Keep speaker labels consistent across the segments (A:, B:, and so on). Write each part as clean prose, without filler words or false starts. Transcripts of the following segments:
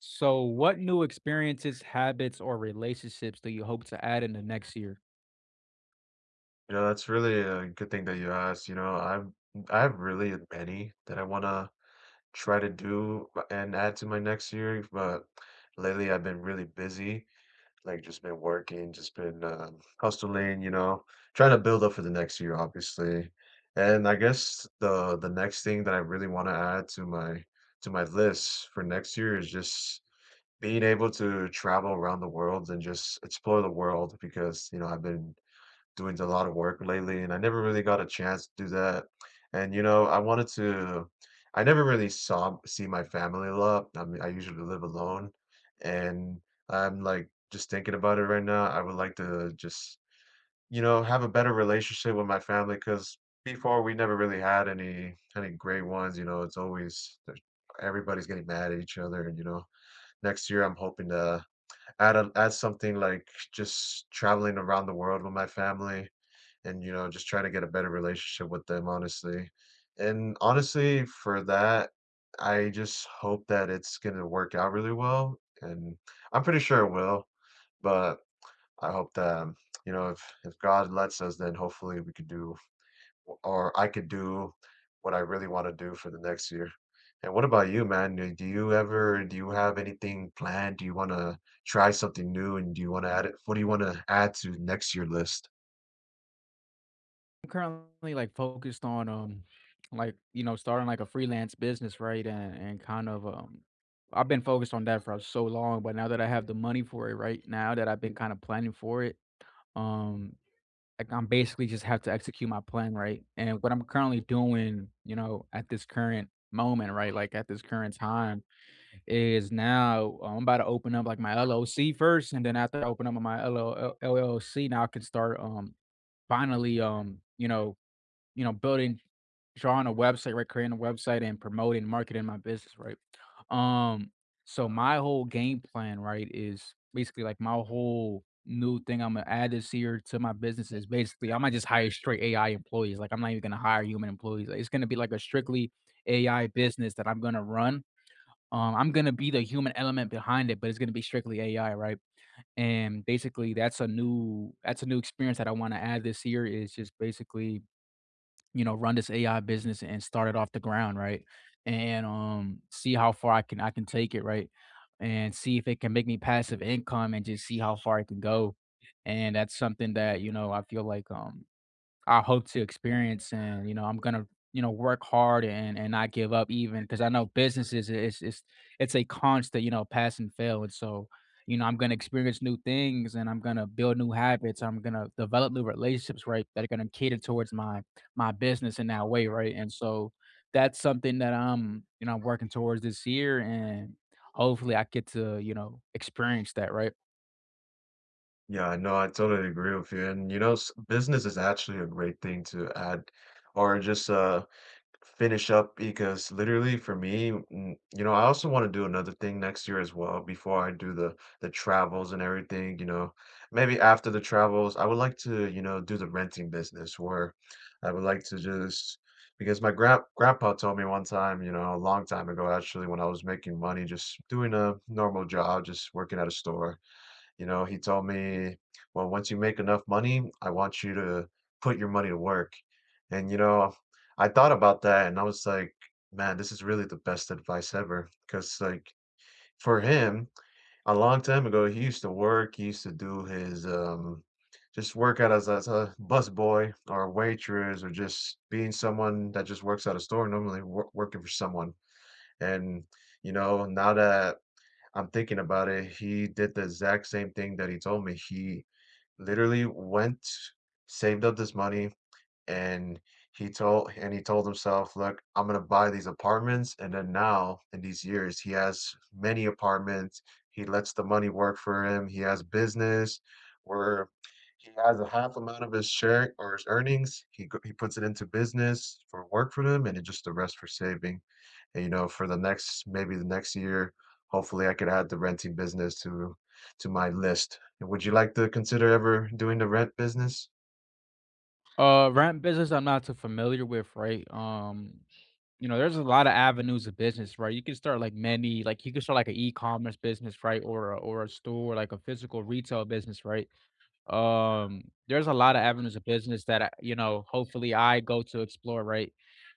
A: So, what new experiences, habits, or relationships do you hope to add in the next year?
B: You know, that's really a good thing that you asked. You know, I have really many that I wanna try to do and add to my next year, but lately I've been really busy, like just been working, just been hustling, you know, trying to build up for the next year, obviously. And I guess the next thing that I really want to add to my list for next year is just being able to travel around the world and just explore the world because, you know, I've been doing a lot of work lately, and I never really got a chance to do that. And, you know, I wanted to I never really saw see my family a lot. I mean, I usually live alone, and I'm, like, just thinking about it right now, I would like to just, you know, have a better relationship with my family because before we never really had any great ones, you know, it's always there's everybody's getting mad at each other, and, you know, next year, I'm hoping to add something like just traveling around the world with my family and you know, just try to get a better relationship with them, honestly. And honestly, for that, I just hope that it's gonna work out really well, and I'm pretty sure it will. But I hope that you know, if God lets us, then hopefully we could do, or I could do, what I really want to do for the next year. And what about you, man? Do you ever do you have anything planned? Do you want to try something new, and do you want to add it? What do you want to add to next year list?
A: I'm currently focused on starting like a freelance business, right? And kind of I've been focused on that for so long, but now that I have the money for it, right now that I've been kind of planning for it, um I'm basically just have to execute my plan, right? And what I'm currently doing, you know, at this current moment, right? Like at this current time is now, I'm about to open up like my LLC first, and then after I open up my LLC, now I can start finally, building, drawing a website, right, creating a website and promoting, marketing my business, right. Um, so my whole game plan, right, is basically like my whole new thing I'm gonna add this year to my business is basically I might just hire straight AI employees. Like, I'm not even gonna hire human employees. Like, it's gonna be like a strictly AI business that I'm gonna run. I'm gonna be the human element behind it, but it's gonna be strictly AI, right? And basically, that's a new experience that I want to add this year. Is just basically, you know, run this AI business and start it off the ground, right? And see how far I can take it, right? And see if it can make me passive income, and just see how far it can go. And that's something that, you know, I feel like, I hope to experience. And, you know, I'm gonna, you know, work hard and not give up, even because I know businesses is it's a constant, you know, pass and fail. And so, you know, I'm gonna experience new things, and I'm gonna build new habits, I'm gonna develop new relationships, right, that are gonna cater towards my business in that way, right. And so that's something that, I'm, you know, I'm working towards this year, and hopefully I get to, you know, experience that, right?
B: Yeah, no, I totally agree with you. And you know, business is actually a great thing to add or just finish up because literally for me, you know, I also want to do another thing next year as well before I do the travels and everything, you know. Maybe after the travels, I would like to, you know, do the renting business where I would like to just because my grandpa told me one time, you know, a long time ago actually when I was making money just doing a normal job, just working at a store you know, he told me, "Well, once you make enough money, I want you to put your money to work." And, you know, I thought about that and I was like, "Man, this is really the best advice ever." Because, like, for him, a long time ago, he used to work, he used to do his, just work out as a busboy or a waitress or just being someone that just works at a store, normally working for someone. And, you know, now that I'm thinking about it. He did the exact same thing that he told me. He literally went, saved up this money, and he told himself, "Look, I'm gonna buy these apartments," and then now, in these years, he has many apartments, he lets the money work for him, he has business where he has a half amount of his share or his earnings, he puts it into business for work for them, and then just the rest for saving. And, you know, for the next maybe the next year, hopefully, I could add the renting business to my list. Would you like to consider ever doing the rent business?
A: Rent business, I'm not too familiar with, right? Um, you know, there's a lot of avenues of business, right? You can start like many, like you can start like an e-commerce business, right? Or a store, like a physical retail business, right? There's a lot of avenues of business that I, you know, hopefully I go to explore, right?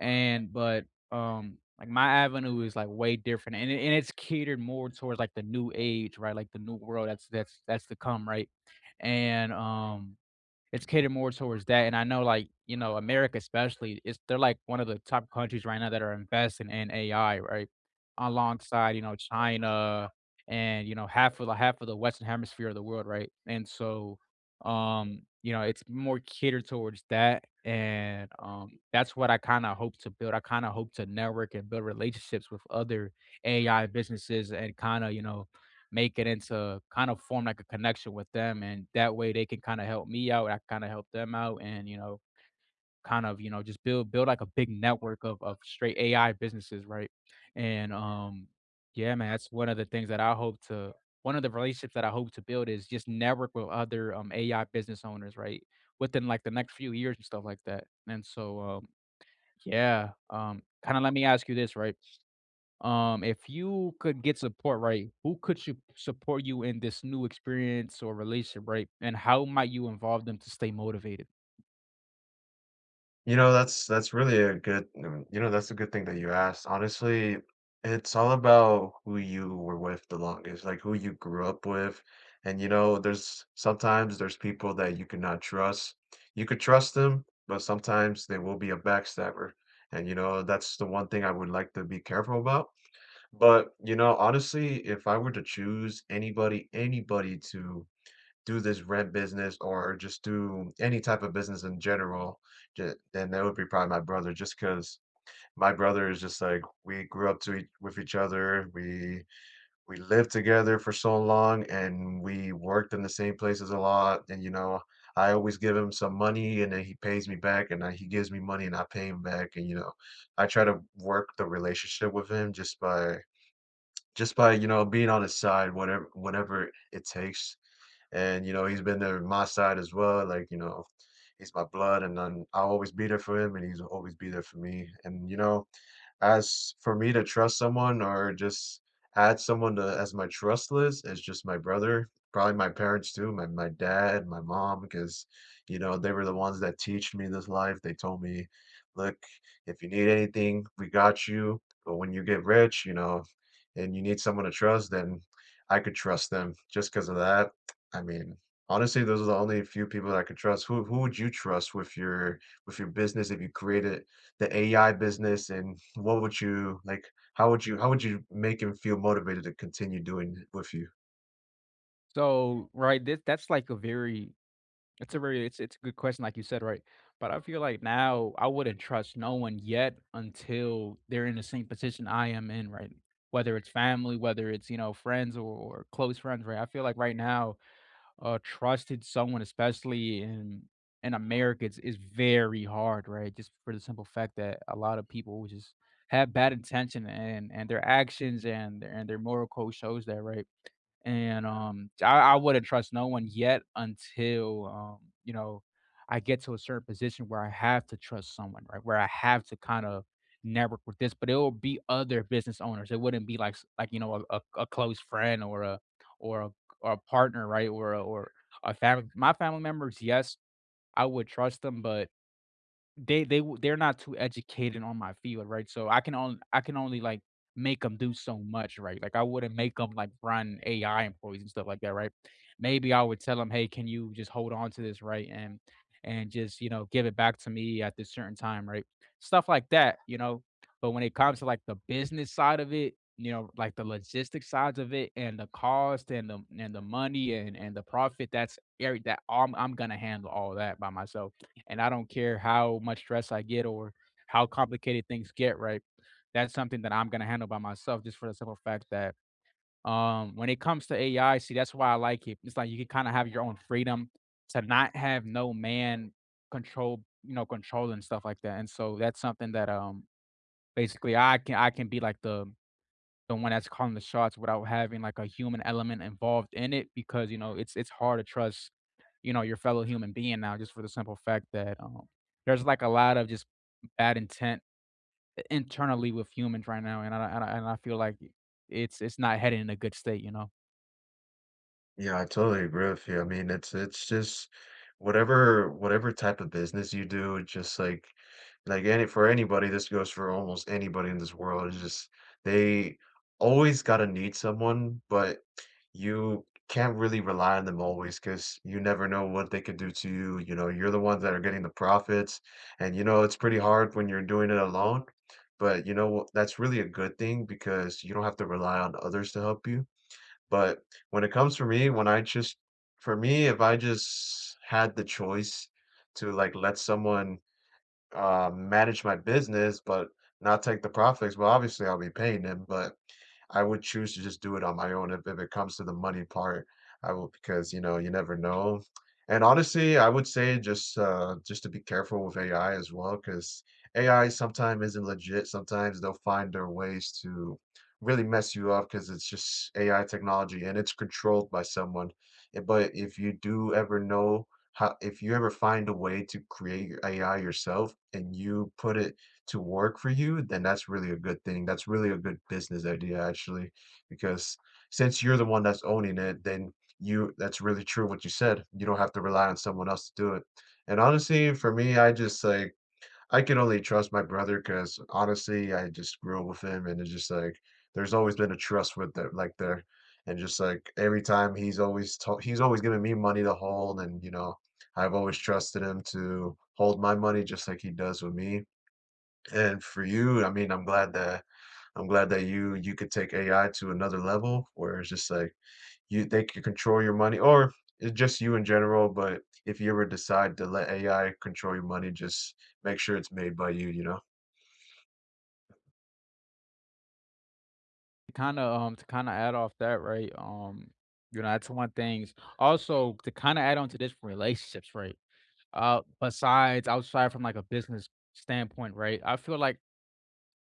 A: And but like my avenue is like way different, and it's catered more towards like the new age, right? Like the new world that's to come, right? And it's catered more towards that. And I know, like, you know, America especially, it's they're, like, one of the top countries right now that are investing in AI, right? Alongside, you know, China and, you know, half of the Western hemisphere of the world, right? And so, you know, it's more catered towards that, and, that's what I kinda hope to build. I kinda hope to network and build relationships with other AI businesses, and kinda, you know, make it into kind of form like a connection with them, and that way they can kind of help me out, I kind of help them out. And, you know, kind of, you know, just build like a big network of straight AI businesses, right? And yeah, man, that's one of the things that I hope to, one of the relationships that I hope to build is just network with other AI business owners, right? Within like the next few years and stuff like that. And so yeah, um, kind of let me ask you this, right? If you could get support, right, who could you support you in this new experience or relationship, right? And how might you involve them to stay motivated?
B: You know, that's really a good you know, that's a good thing that you asked. Honestly, it's all about who you were with the longest, like who you grew up with. And you know, there's people that you cannot trust. You could trust them, but sometimes they will be a backstabber. And you know, that's the one thing I would like to be careful about. But you know, honestly, if I were to choose anybody, anybody to do this rent business or just do any type of business in general, ju then that would be probably my brother just because my brother is just like we grew up to each with each other, we lived together for so long, and we worked in the same places a lot, and, you know, I always give him some money, and then he pays me back, and then he gives me money, and I pay him back, and, you know, I try to work the relationship with him just by, you know, being on his side whatever it takes. And, you know, he's been there on my side as well. Like, you know, he's my blood and I'll always be there for him and he's always be there for me. And, you know, as for me to trust someone or just add someone to, as my trust list, it's just my brother, probably my parents too, my dad, my mom, because, you know, they were the ones that teach me this life. They told me, look, if you need anything, we got you. But when you get rich, you know, and you need someone to trust, then I could trust them. Just because of that, I mean, honestly, those are the only few people that I could trust. Who would you trust with your business if you created the AI business, and what would you like, how would you make him feel motivated to continue doing it with you?
A: So, right, this that's like a very, it's a very, it's a good question, like you said, right? But I feel like now I wouldn't trust no one yet until they're in the same position I am in, right? Whether it's family, whether it's, you know, friends or close friends, right? I feel like right now, trusted someone, especially in America, it's very hard, right? Just for the simple fact that a lot of people just have bad intention, and their actions and their moral code shows that, right? And, I wouldn't trust no one yet until, you know, I get to a certain position where I have to trust someone, right? Where I have to kind of network with this, but it will be other business owners. It wouldn't be like s like, you know, a close friend or a or a or a partner, right? Or a family my family members, yes, I would trust them. But they're not too educated on my field, right? So I can only, like, make them do so much, right? Like, I wouldn't make them, like, run AI employees and stuff like that, right? Maybe I would tell them, "Hey, can you just hold on to this, right, and just, you know, give it back to me at this certain time," right? Stuff like that, you know? But when it comes to, like, the business side of it, you know, like, the logistics sides of it and the cost and the money and the profit, that's every that I'm gonna handle all that by myself. And I don't care how much stress I get or how complicated things get, right? That's something that I'm gonna handle by myself, just for the simple fact that, um, when it comes to AI, see that's why I like it. It's like you can kind of have your own freedom to not have no man control, you know, control and stuff like that. And so that's something that, um, basically I can be like the one that's calling the shots without having like a human element involved in it, because you know it's hard to trust, you know, your fellow human being now, just for the simple fact that, there's, like, a lot of just bad intent, internally with humans right now. And I feel like it's not heading in a good state, you know?
B: Yeah, I totally agree with you. I mean, it's just whatever type of business you do, it's just like any for anybody, this goes for almost anybody in this world. It's just they always gotta need someone, but you can't really rely on them always because you never know what they could do to you. You know, you're the ones that are getting the profits, and you know it's pretty hard when you're doing it alone. But you know what? That's really a good thing because you don't have to rely on others to help you but when it comes for me, when I just for me, if I just had the choice to, like, let someone manage my business, but not take the profits. Well, obviously, I'll be paying them, but I would choose to just do it on my own if it comes to the money part. I will because you know you never know. And honestly, I would say just to be careful with AI as well, because AI sometimes isn't legit. Sometimes they'll find their ways to really mess you up because it's just AI technology and it's controlled by someone. But if you do ever know how if you ever find a way to create your AI yourself and you put it to work for you, then that's really a good thing. That's really a good business idea, actually, because since you're the one that's owning it, then you that's really true what you said. You don't have to rely on someone else to do it. And honestly, for me, I just like I can only trust my brother because honestly, I just grew up with him and it's just like there's always been a trust with that like there. And just like every time he's always giving me money to hold and you know, I've always trusted him to hold my money just like he does with me. And for you, I mean, I'm glad that you could take AI to another level where it's just like you they could control your money or it's just you in general, but if you ever decide to let AI control your money, just make sure it's made by you, you know?
A: To kinda add off that, right, you know, that's one things also, to kinda add on to this from relationships, right, besides outside from, like, a business standpoint, right, I feel like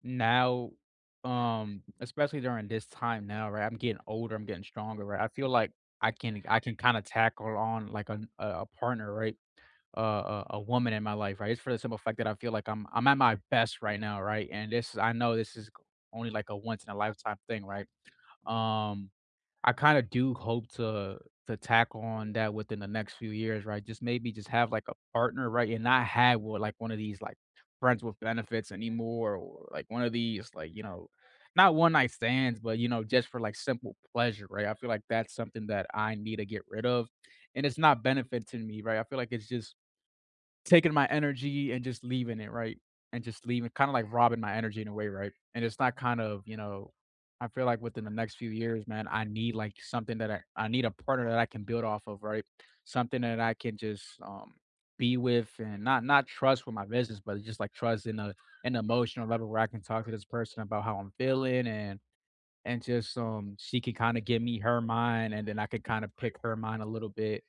A: now, especially during this time now, right? I'm getting older, I'm getting stronger, right? I feel like I can kinda tackle on like an a partner, right? A woman in my life, right? It's for the simple fact that I feel like I'm at my best right now, right? And this I know this is only like a once in a lifetime thing, right? Um, I kinda do hope to tack on that within the next few years, right? Just maybe just have, like, a partner, right, and not have what like, one of these, like, friends with benefits anymore, or, like, one of these, like, you know, not one night stands, but, you know, just for, like, simple pleasure, right? I feel like that's something that I need to get rid of, and it's not benefiting me, right? I feel like it's just taking my energy and just leaving it, right? And just leaving, kinda like robbing my energy in a way, right? And it's not kind of, you know, I feel like within the next few years, man, I need, like, something that I need a partner that I can build off of, right? Something that I can just, be with, and not trust with my business, but just, like, trust in a an emotional level where I can talk to this person about how I'm feeling. And just, she can kinda give me her mind, and then I can kinda pick her mind a little bit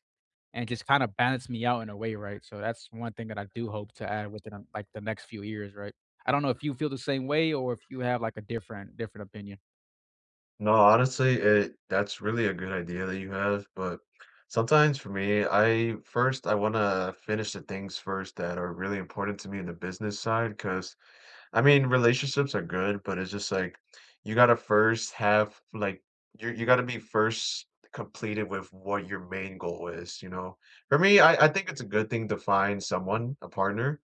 A: and just kinda balance me out in a way, right? So that's one thing that I do hope to add within, like, the next few years, right? I don't know if you feel the same way or if you have, like, a different opinion.
B: No, honestly, it that's really a good idea that you have, but sometimes for me, I want to finish the things first that are really important to me in the business side because I mean, relationships are good, but it's just like you got to first have like you got to be first completed with what your main goal is, you know. For me, I think it's a good thing to find someone, a partner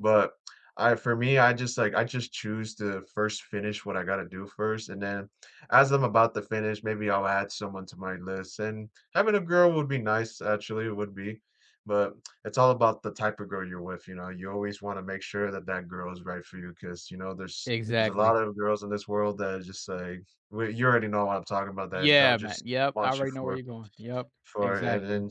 B: but I for me, I just, I just choose to first finish what I gotta do first, and then as I'm about to finish, maybe I'll add someone to my list, and having a girl would be nice, actually, it would be, but it's all about the type of girl you're with, you know? You always wanna make sure that that girl is right for you, because you know, there's a
A: Exactly.
B: lot of girls in this world that are just, like we you already know what I'm talking about, that they'll
A: Yeah, man.
B: just
A: Yep, I
B: want you
A: already know where you're going. Yep.
B: for and
A: Exactly.
B: then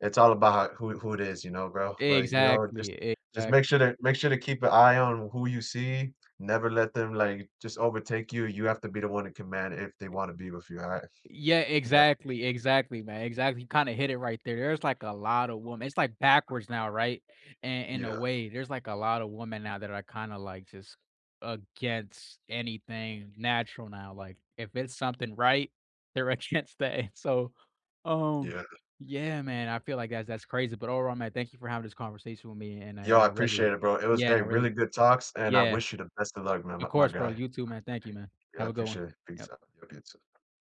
B: it's all about who it is, you know, bro, but, you know,
A: Exactly.
B: just make
A: Exactly.
B: sure to keep an eye on who you see, never let them, like, just overtake you, you have to be the one to command if they wanna be with you, alright?
A: Yeah,
B: And that's
A: exactly, exactly, man, exactly, you kinda hit it right there. There's, like, a lot of women, it's, like, backwards now, right? And in a
B: yeah,
A: way, there's, like, a lot of women now that are kinda, like, just against anything natural now, like, if it's something right, they're against that. So, um,
B: yeah.
A: yeah, man, I feel like that's crazy. But overall, man, thank you for having this conversation with me, and
B: Yo, I
A: I
B: appreciate
A: really,
B: it, bro, it was,
A: yeah, and
B: a
A: I really,
B: really good talks, and I
A: yeah,
B: wish you the best of luck, man,
A: of
B: my
A: course, bro,
B: guy.
A: you too, man, thank you, man,
B: Yeah, I
A: have a good one.
B: appreciate it, peace
A: Yep.
B: out. Yo, you too.